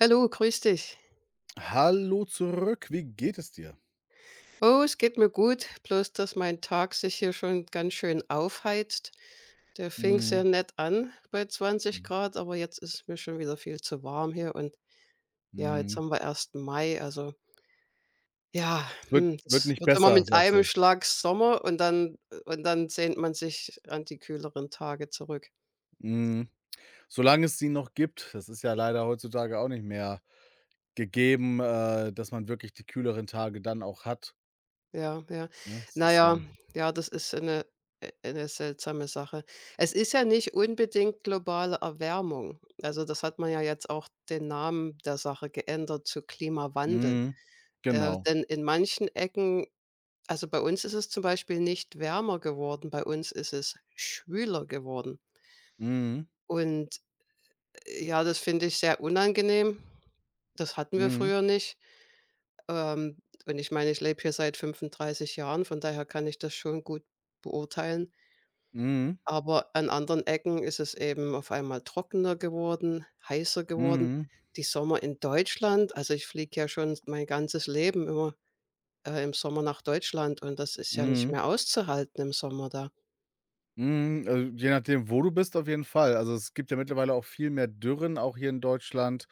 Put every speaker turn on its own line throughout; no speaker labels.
Hallo, grüß dich.
Hallo zurück, wie geht es dir?
Oh, es geht mir gut, bloß dass mein Tag sich hier schon ganz schön aufheizt. Der fing sehr
Mhm,
nett an bei 20
mhm,
Grad, aber jetzt ist es mir schon wieder viel zu warm hier und ja, jetzt
mhm.
haben wir 1. Mai, also ja,
Es wird wird
es
nicht
wird immer
besser,
mit
sagst
einem
du.
Schlag Sommer und dann sehnt man sich an die kühleren Tage zurück.
Mhm. Solange es sie noch gibt, das ist ja leider heutzutage auch nicht mehr gegeben, dass man wirklich die kühleren Tage dann auch hat,
Ja, ja.
ne? Es
Na
ist ja.
ja, ja, das ist eine 'ne seltsame Sache. Es ist ja nicht unbedingt globale Erwärmung. Also, das hat man ja jetzt auch den Namen der Sache geändert zu Klimawandel.
Mhm, genau.
Denn in manchen Ecken also, bei uns ist es zum Beispiel nicht wärmer geworden, bei uns ist es schwüler geworden.
Mhm,
Und, ja, das finde ich sehr unangenehm. Das hatten wir
mhm,
früher nicht. Ähm, und ich meine, ich lebe hier seit 35 Jahren, von daher kann ich das schon gut beurteilen.
mhm,
Aber an anderen Ecken ist es eben auf einmal trockener geworden, heißer geworden.
mhm,
Die Sommer in Deutschland, also ich fliege ja schon mein ganzes Leben immer im Sommer nach Deutschland und das ist ja nicht
mhm,
mehr auszuhalten im Sommer da.
mhm. Also, je nachdem, wo du bist, auf jeden Fall. Also, es gibt ja mittlerweile auch viel mehr Dürren, auch hier in Deutschland.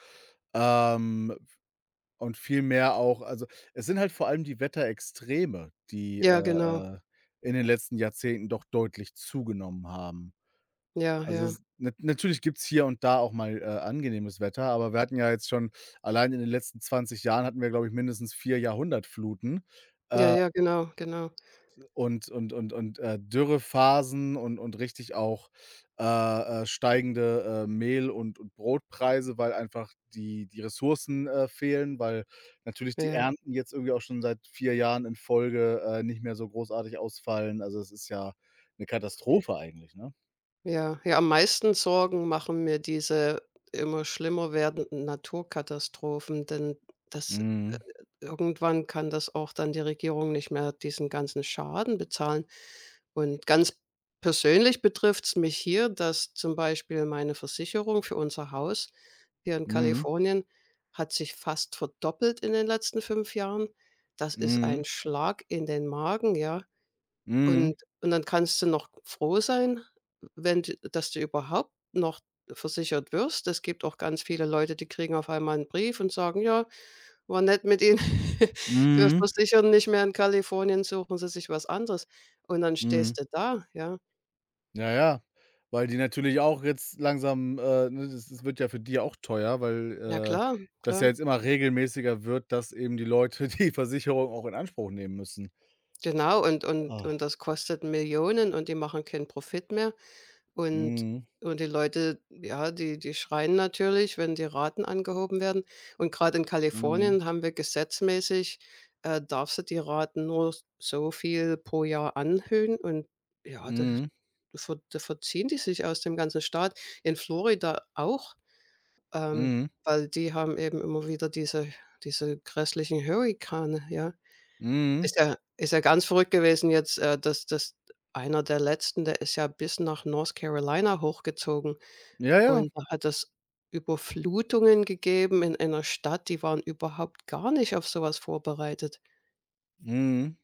Ähm Und viel mehr auch, also, es sind halt vor allem die Wetterextreme, die
Ja, genau.
in den letzten Jahrzehnten doch deutlich zugenommen haben.
Ja,
Also,
ja.
s na natürlich gibt's hier und da auch mal angenehmes Wetter, aber wir hatten ja jetzt schon allein in den letzten 20 Jahren hatten wir, glaube ich, mindestens 4 Jahrhundertfluten.
Ja,
Äh
ja, genau, genau.
und Dürrephasen und richtig auch, äh, steigende, Mehl und Brotpreise, weil einfach die Ressourcen, fehlen, weil natürlich die
Ja.
Ernten jetzt irgendwie auch schon seit 4 Jahren in Folge, nicht mehr so großartig ausfallen. Also, es ist ja eine Katastrophe eigentlich, ne?
Ja, ja, am meisten Sorgen machen mir diese immer schlimmer werdenden Naturkatastrophen, denn das äh,
Mhm.
irgendwann kann das auch dann die Regierung nicht mehr diesen ganzen Schaden bezahlen. Und ganz persönlich betrifft's mich hier, dass zum Beispiel meine Versicherung für unser Haus hier in
Mhm.
Kalifornien hat sich fast verdoppelt in den letzten 5 Jahren. Das ist ein
Mhm.
Schlag in den Magen, ja. Und
Mhm.
und dann kannst du noch froh sein, wenn d dass du überhaupt noch versichert wirst. Es gibt auch ganz viele Leute, die kriegen auf einmal einen Brief und sagen: „Ja, war nett mit Ihnen. Wir
Mhm.
versichern nicht mehr in Kalifornien, suchen Sie sich was anderes.“ Und dann
Mhm.
stehst du da, ja.
Ja, ja, weil die natürlich auch jetzt langsam, ne, das wird ja für die auch teuer, weil,
Ja klar,
das ja
klar.
jetzt immer regelmäßiger wird, dass eben die Leute die Versicherung auch in Anspruch nehmen müssen.
Genau, und und
Ah.
und das kostet Millionen und die machen keinen Profit mehr. Und
Mhm,
und die Leute, ja, die schreien natürlich, wenn die Raten angehoben werden. Und gerade in
mhm,
Kalifornien haben wir gesetzmäßig, darfst du die Raten nur so viel pro Jahr anhöhen und ja, da
mhm,
da ver da verziehen die sich aus dem ganzen Staat. In Florida auch, ähm,
mhm,
weil die haben eben immer wieder diese grässlichen Hurrikane, ja.
mhm.
Ist ja ganz verrückt gewesen jetzt, dass einer der letzten, der ist ja bis nach North Carolina hochgezogen.
Ja, ja,
Und da hat es Überflutungen gegeben in einer Stadt, die waren überhaupt gar nicht auf so was vorbereitet.
mhm.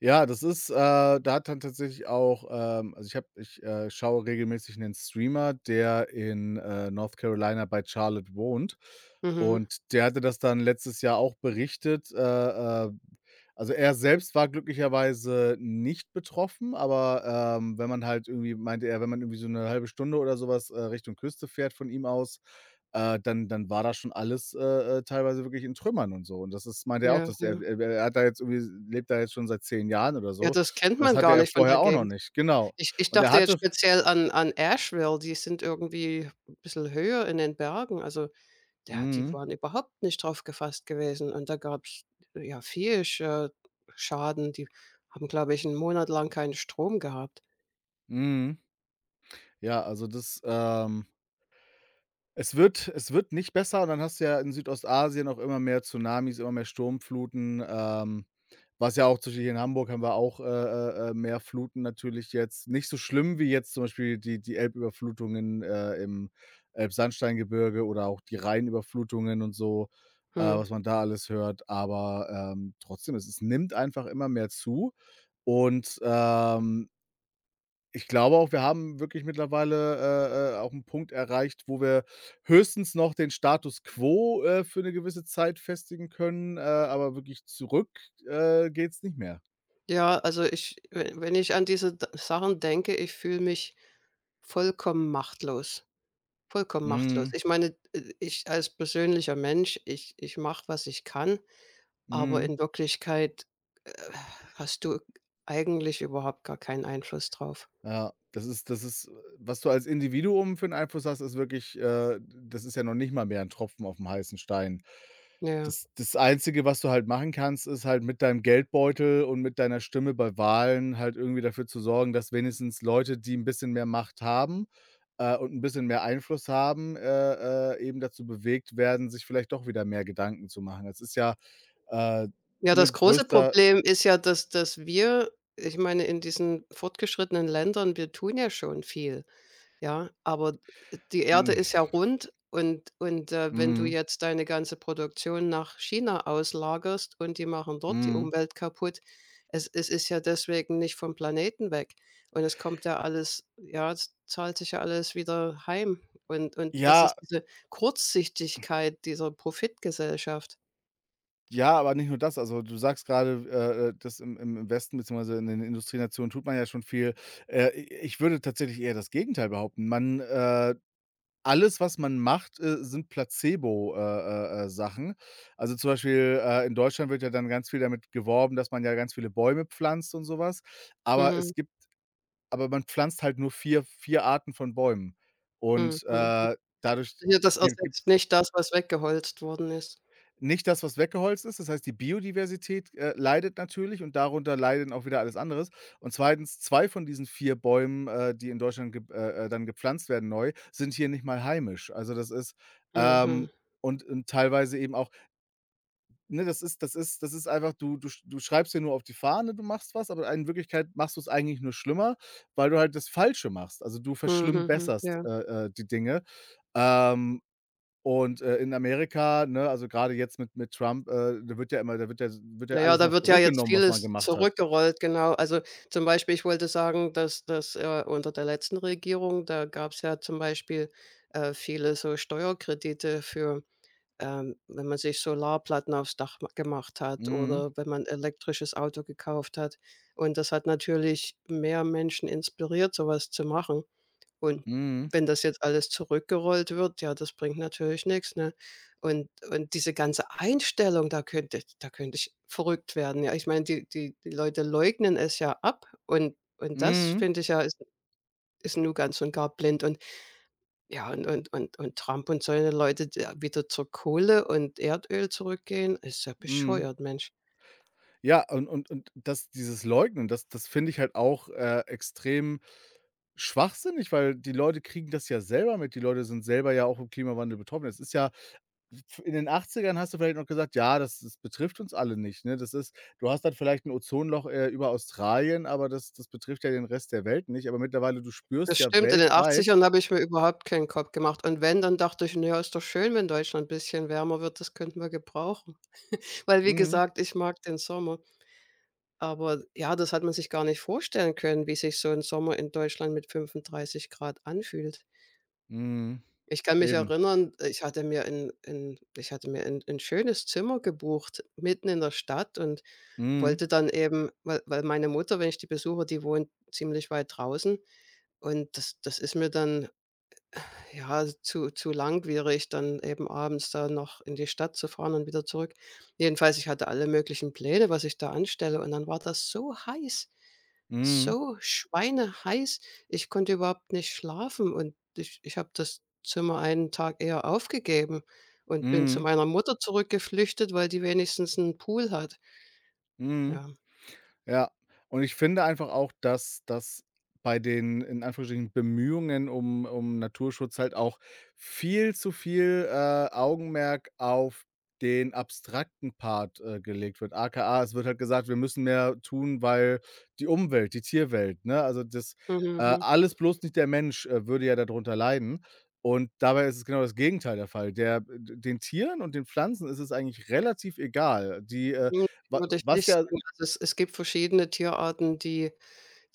Ja, das ist, da hat dann tatsächlich auch, also ich schaue regelmäßig einen Streamer, der in, North Carolina bei Charlotte wohnt.
Mhm.
Und der hatte das dann letztes Jahr auch berichtet. Also er selbst war glücklicherweise nicht betroffen, aber, wenn man halt irgendwie meinte er, wenn man irgendwie so eine halbe Stunde oder sowas Richtung Küste fährt von ihm aus, dann war das schon alles, teilweise wirklich in Trümmern und so. Und das ist meinte er auch,
Ja,
dass
ja.
er hat da jetzt irgendwie lebt da jetzt schon seit 10 Jahren oder
Ja,
so. Und
das kennt
das
man
hatte
gar
er
nicht von der
vorher auch noch
Gegend.
nicht, genau.
Ich
Und er
dachte jetzt
hatte.
speziell an Asheville, die sind irgendwie 'n bisschen höher in den Bergen. Also, ja, die
Mhm,
waren überhaupt nicht drauf gefasst gewesen und da gab's, ja, viel Schaden. Die haben, glaube ich, 'n Monat lang keinen Strom gehabt.
mhm. Ja, also das. Es wird nicht besser und dann hast du ja in Südostasien auch immer mehr Tsunamis, immer mehr Sturmfluten, was ja auch zum Beispiel hier in Hamburg haben wir auch, mehr Fluten natürlich jetzt. Nicht so schlimm wie jetzt zum Beispiel die Elbüberflutungen, im Elbsandsteingebirge oder auch die Rheinüberflutungen und so,
Mhm.
was man da alles hört. Aber, trotzdem, es nimmt einfach immer mehr zu und, ich glaube auch, wir haben wirklich mittlerweile, auch einen Punkt erreicht, wo wir höchstens noch den Status quo, für eine gewisse Zeit festigen können, aber wirklich zurück, geht's nicht mehr.
Ja, also ich, we wenn ich an diese d Sachen denke, ich fühle mich vollkommen machtlos, vollkommen machtlos.
Mhm,
Ich meine, ich als persönlicher Mensch, ich mache, was ich kann, aber
mhm.
in Wirklichkeit, äh, hast du eigentlich überhaupt gar keinen Einfluss drauf.
Ja, das ist was du als Individuum für 'n Einfluss hast, ist wirklich, das ist ja noch nicht mal mehr ein Tropfen auf dem heißen Stein.
Ja.
Das Einzige, was du halt machen kannst, ist halt mit deinem Geldbeutel und mit deiner Stimme bei Wahlen halt irgendwie dafür zu sorgen, dass wenigstens Leute, die ein bisschen mehr Macht haben, und ein bisschen mehr Einfluss haben, eben dazu bewegt werden, sich vielleicht doch wieder mehr Gedanken zu machen. Das ist ja, äh,
Ja,
ne,
das große
größter.
Problem ist ja, dass wir, ich meine, in diesen fortgeschrittenen Ländern, wir tun ja schon viel. Ja, aber die Erde ist
Mhm,
ja rund und wenn du
mhm,
jetzt deine ganze Produktion nach China auslagerst und die machen dort die
mhm.
Umwelt kaputt, es ist ja deswegen nicht vom Planeten weg und es kommt ja alles, ja, es zahlt sich ja alles wieder heim und das
Ja,
ist diese Kurzsichtigkeit dieser Profitgesellschaft.
Ja, aber nicht nur das. Also, du sagst gerade, das im Westen beziehungsweise in den Industrienationen tut man ja schon viel. I Ich würde tatsächlich eher das Gegenteil behaupten. Man, alles, was man macht, sind Placebo, Sachen. Also, zum Beispiel, in Deutschland wird ja dann ganz viel damit geworben, dass man ja ganz viele Bäume pflanzt und sowas. Aber
Mhm,
es gibt, aber man pflanzt halt nur vier Arten von Bäumen
mhm,
und,
mhm.
dadurch
Ja, das
gibt.
ersetzt nicht das, was weggeholzt worden ist.
Nicht das, was weggeholzt ist. Das heißt, die Biodiversität, leidet natürlich und darunter leiden auch wieder alles anderes. Und zweitens, 2 von diesen 4 Bäumen, die in Deutschland gep dann gepflanzt werden neu, sind hier nicht mal heimisch. Also, das ist,
Mhm.
ähm und teilweise eben auch, ne, das ist einfach du schreibst dir nur auf die Fahne, du machst was, aber in Wirklichkeit machst du es eigentlich nur schlimmer, weil du halt das Falsche machst. Also, du
Mhm, mhm,
verschlimmbesserst,
ja.
die Dinge. Ähm, und, in Amerika, ne, also gerade jetzt mit Trump, da wird ja immer da wird ja
Na ja,
alles
da
noch
wird ja jetzt
zurückgenommen, was man
vieles
gemacht hat.
zurückgerollt, genau. Also, zum Beispiel, ich wollte sagen, dass, unter der letzten Regierung, da gab's ja zum Beispiel, viele so Steuerkredite für, wenn man sich Solarplatten aufs Dach ma gemacht hat
Mhm,
oder wenn man elektrisches Auto gekauft hat. Und das hat natürlich mehr Menschen inspiriert, so was zu machen. Und
mhm,
wenn das jetzt alles zurückgerollt wird, ja, das bringt natürlich nichts, ne? Und diese ganze Einstellung, da könnte ich verrückt werden, ja. Ich meine, die Leute leugnen es ja ab und das
mhm,
finde ich ja, ist nun ganz und gar blind und ja, und Trump und solche Leute, die wieder zur Kohle und Erdöl zurückgehen, ist ja
mhm.
bescheuert, Mensch.
Ja, und das dieses Leugnen, das finde ich halt auch, extrem schwachsinnig, weil die Leute kriegen das ja selber mit. Die Leute sind selber ja auch im Klimawandel betroffen. Es ist ja, in den 80ern hast du vielleicht noch gesagt: „Ja, das betrifft uns alle nicht“, ne? Das ist, du hast dann vielleicht ein Ozonloch, über Australien, aber das betrifft ja den Rest der Welt nicht. Aber mittlerweile du
Das
spürst ja
stimmt, in den
weltweit.
Achtzigern habe ich mir überhaupt keinen Kopf gemacht. Und wenn, dann dachte ich: „Na ja, ist doch schön, wenn Deutschland 'n bisschen wärmer wird, das könnten wir gebrauchen.“ Weil, wie
Mhm,
gesagt, ich mag den Sommer. Aber ja, das hat man sich gar nicht vorstellen können, wie sich so 'n Sommer in Deutschland mit 35 Grad anfühlt.
mhm,
Ich kann mich
eben.
erinnern, ich hatte mir 'n schönes Zimmer gebucht, mitten in der Stadt und
Mhm,
wollte dann eben, weil meine Mutter, wenn ich die besuche, die wohnt ziemlich weit draußen. Und das ist mir dann, ja, s zu langwierig, dann eben abends da noch in die Stadt zu fahren und wieder zurück. Jedenfalls, ich hatte alle möglichen Pläne, was ich da anstelle, und dann war das so heiß,
mhm,
so schweineheiß. Ich konnte überhaupt nicht schlafen und ich habe das Zimmer einen Tag eher aufgegeben und bin zu
mhm,
meiner Mutter zurückgeflüchtet, weil die wenigstens einen Pool hat.
mhm.
Ja.
Ja, und ich finde einfach auch, dass das bei den, in Anführungsstrichen, Bemühungen um Naturschutz halt auch viel zu viel, Augenmerk auf den abstrakten Part, gelegt wird. AKA, es wird halt gesagt, wir müssen mehr tun, weil die Umwelt, die Tierwelt, ne? Also, das,
Mhm, mhm.
alles bloß nicht der Mensch, würde ja darunter leiden. Und dabei ist es genau das Gegenteil der Fall. Der d Den Tieren und den Pflanzen ist es eigentlich relativ egal. Die.
Ne,
Wa
würde ich
was
nicht
ja
sagen. Also, es gibt verschiedene Tierarten, die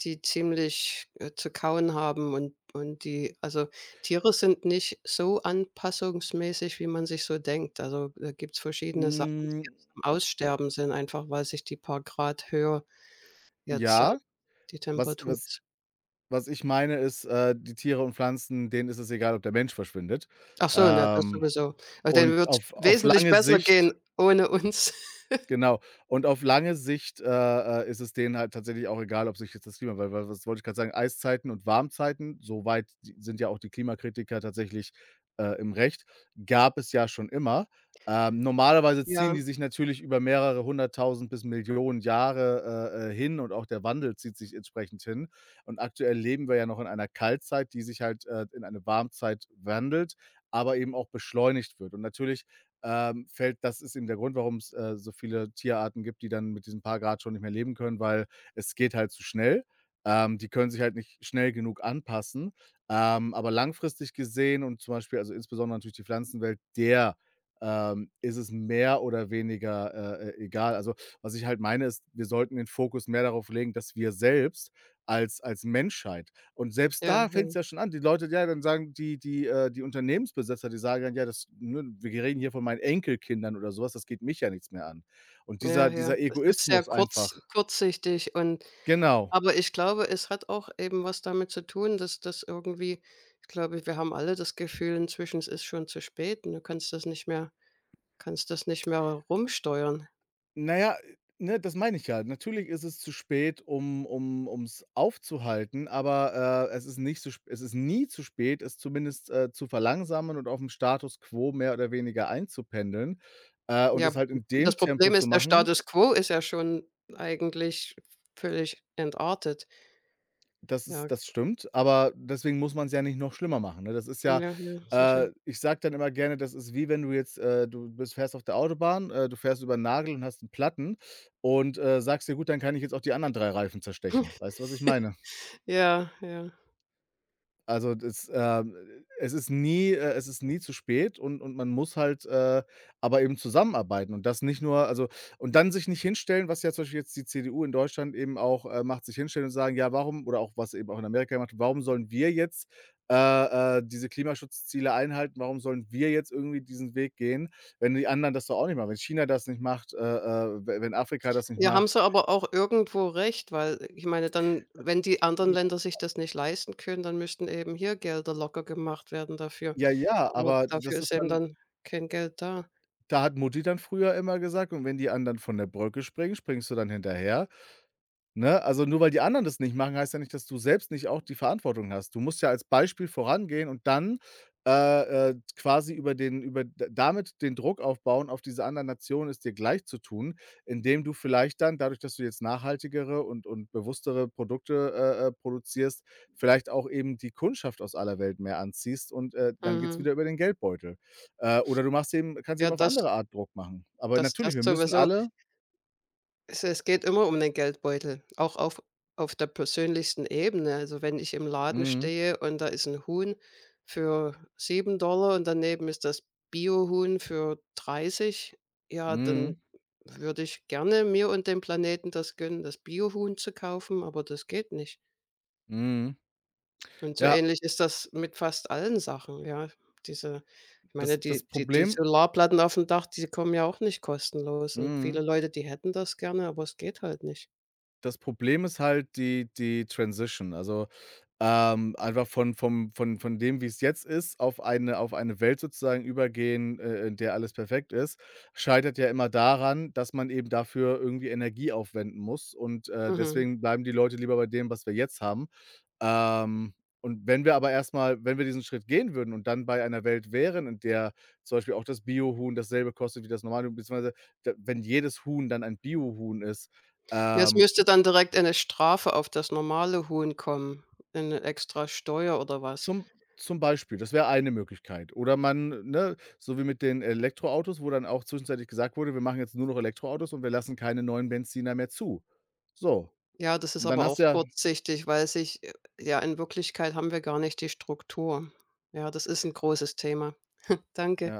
die ziemlich, zu kauen haben und die, also, Tiere sind nicht so anpassungsmäßig, wie man sich so denkt. Also, da gibt's verschiedene Sachen, die
Hm,
jetzt am Aussterben sind, einfach weil sich die paar Grad höher jetzt,
ja,
die
was
Temperatur
was
ist.
was ich meine, ist, die Tiere und Pflanzen, denen ist es egal, ob der Mensch verschwindet.
Ach so, na, das
Ähm,
sowieso. Aber dann
und
wird es
auf
wesentlich
lange
besser gehen
Sicht.
ohne uns.
Genau. Und auf lange Sicht, ist es denen halt tatsächlich auch egal, ob sich jetzt das Klima, weil was wollte ich gerade sagen? Eiszeiten und Warmzeiten, soweit weit si sind ja auch die Klimakritiker tatsächlich, im Recht, gab es ja schon immer. Normalerweise ziehen
Ja,
die sich natürlich über mehrere hunderttausend bis Millionen Jahre, hin und auch der Wandel zieht sich entsprechend hin. Und aktuell leben wir ja noch in einer Kaltzeit, die sich halt, in eine Warmzeit wandelt, aber eben auch beschleunigt wird. Und natürlich, fällt. Das ist eben der Grund, warum's, so viele Tierarten gibt, die dann mit diesen paar Grad schon nicht mehr leben können, weil es geht halt zu schnell. Die können sich halt nicht schnell genug anpassen. Aber langfristig gesehen und zum Beispiel, also insbesondere natürlich die Pflanzenwelt, der, ist es mehr oder weniger, egal. Also, was ich halt meine, ist, wir sollten den Fokus mehr darauf legen, dass wir selbst als Menschheit und selbst
ja,
da fängt
ja,
es ja schon an. Die Leute, ja, dann sagen die Unternehmensbesitzer, die sagen dann: „Ja, das, ne, wir reden hier von meinen Enkelkindern oder sowas. Das geht mich ja nichts mehr an.“ Und
ja, ja.
dieser
Das ist sehr
Egoismus einfach.
kurzsichtig und,
Genau.
aber ich glaube, es hat auch eben was damit zu tun, dass das irgendwie, ich glaube, wir haben alle das Gefühl inzwischen, es ist schon zu spät und du kannst das nicht mehr rumsteuern.
Na ja, ne, das meine ich ja. Natürlich ist es zu spät, um's aufzuhalten, aber, es ist nicht so sp es ist nie zu spät, es zumindest, zu verlangsamen und auf dem Status quo mehr oder weniger einzupendeln, und
Ja,
es halt in
das
dem Tempo
Problem
zu
ist, der
machen.
Status quo ist ja schon eigentlich völlig entartet. Ja,
Das stimmt, aber deswegen muss man es ja nicht noch schlimmer machen, ne? Das ist ja,
ja, ja, sicher.
ich sage dann immer gerne, das ist, wie wenn du jetzt, du bist fährst auf der Autobahn, du fährst über einen Nagel und hast einen Platten und, sagst dir: „Gut, dann kann ich jetzt auch die anderen 3 Reifen zerstechen.“ Weißt du, was ich meine?
Ja, ja.
Also, das, es ist nie zu spät und man muss halt, aber eben zusammenarbeiten und das nicht nur, also, und dann sich nicht hinstellen, was ja zum Beispiel jetzt die CDU in Deutschland eben auch, macht, sich hinstellen und sagen: „Ja, warum“, oder auch was eben auch in Amerika gemacht wird: „Warum sollen wir jetzt, äh, diese Klimaschutzziele einhalten? Warum sollen wir jetzt irgendwie diesen Weg gehen, wenn die anderen das doch auch nicht machen? Wenn China das nicht macht, we wenn Afrika das nicht
Ja, haben
macht?“
sie aber auch irgendwo recht, weil, ich meine, dann, wenn die anderen Länder sich das nicht leisten können, dann müssten eben hier Gelder locker gemacht werden dafür.
Ja, ja,
Aber
aber
dafür
das
ist
ist
eben
dann.
dann kein Geld da.
Da hat Mutti dann früher immer gesagt: „Und wenn die anderen von der Brücke springen, springst du dann hinterher?“ Ne? Also, nur weil die anderen das nicht machen, heißt ja nicht, dass du selbst nicht auch die Verantwortung hast. Du musst ja als Beispiel vorangehen und dann, quasi über den über d damit den Druck aufbauen, auf diese anderen Nationen, es dir gleich zu tun, indem du vielleicht dann dadurch, dass du jetzt nachhaltigere und bewusstere Produkte, produzierst, vielleicht auch eben die Kundschaft aus aller Welt mehr anziehst und, dann geht's
Mhm.
wieder über den Geldbeutel. Oder du machst eben, kannst
Ja,
eben auf
das
andere Art Druck machen. Aber
das das
natürlich, wir müssen
sowieso.
alle.
Es geht immer um den Geldbeutel, auch auf der persönlichsten Ebene. Also, wenn ich im Laden
Mhm,
stehe und da ist ein Huhn für $7 und daneben ist das Biohuhn für 30, ja, dann
mhm,
würde ich gerne mir und dem Planeten das gönnen, das Biohuhn zu kaufen, aber das geht nicht.
mhm.
Und so
Ja.
ähnlich ist das mit fast allen Sachen, ja. Diese, ich meine,
Das
die
Problem.
Solarplatten auf dem Dach, die kommen ja auch nicht kostenlos und viele
Mhm.
Leute, die hätten das gerne, aber es geht halt nicht.
Das Problem ist halt die Transition. Also, einfach von vom von dem, wie es jetzt ist, auf eine Welt sozusagen übergehen, in der alles perfekt ist, scheitert ja immer daran, dass man eben dafür irgendwie Energie aufwenden muss und,
Mhm.
deswegen bleiben die Leute lieber bei dem, was wir jetzt haben. Ähm, und wenn wir aber erstmal, wenn wir diesen Schritt gehen würden und dann bei einer Welt wären, in der zum Beispiel auch das Biohuhn dasselbe kostet wie das normale beziehungsweise d wenn jedes Huhn dann ein Biohuhn ist,
Ja, es
ähm,
müsste dann direkt eine Strafe auf das normale Huhn kommen, eine extra Steuer oder was.
zum zum Beispiel, das wäre eine Möglichkeit. Oder man, ne, so wie mit den Elektroautos, wo dann auch zwischenzeitlich gesagt wurde: „Wir machen jetzt nur noch Elektroautos und wir lassen keine neuen Benziner mehr zu.“ So,
Ja, das ist
und dann
aber
hast
auch
du ja,
kurzsichtig, weil sich, ja, in Wirklichkeit haben wir gar nicht die Struktur. Ja, das ist ein großes Thema. Danke.
ja.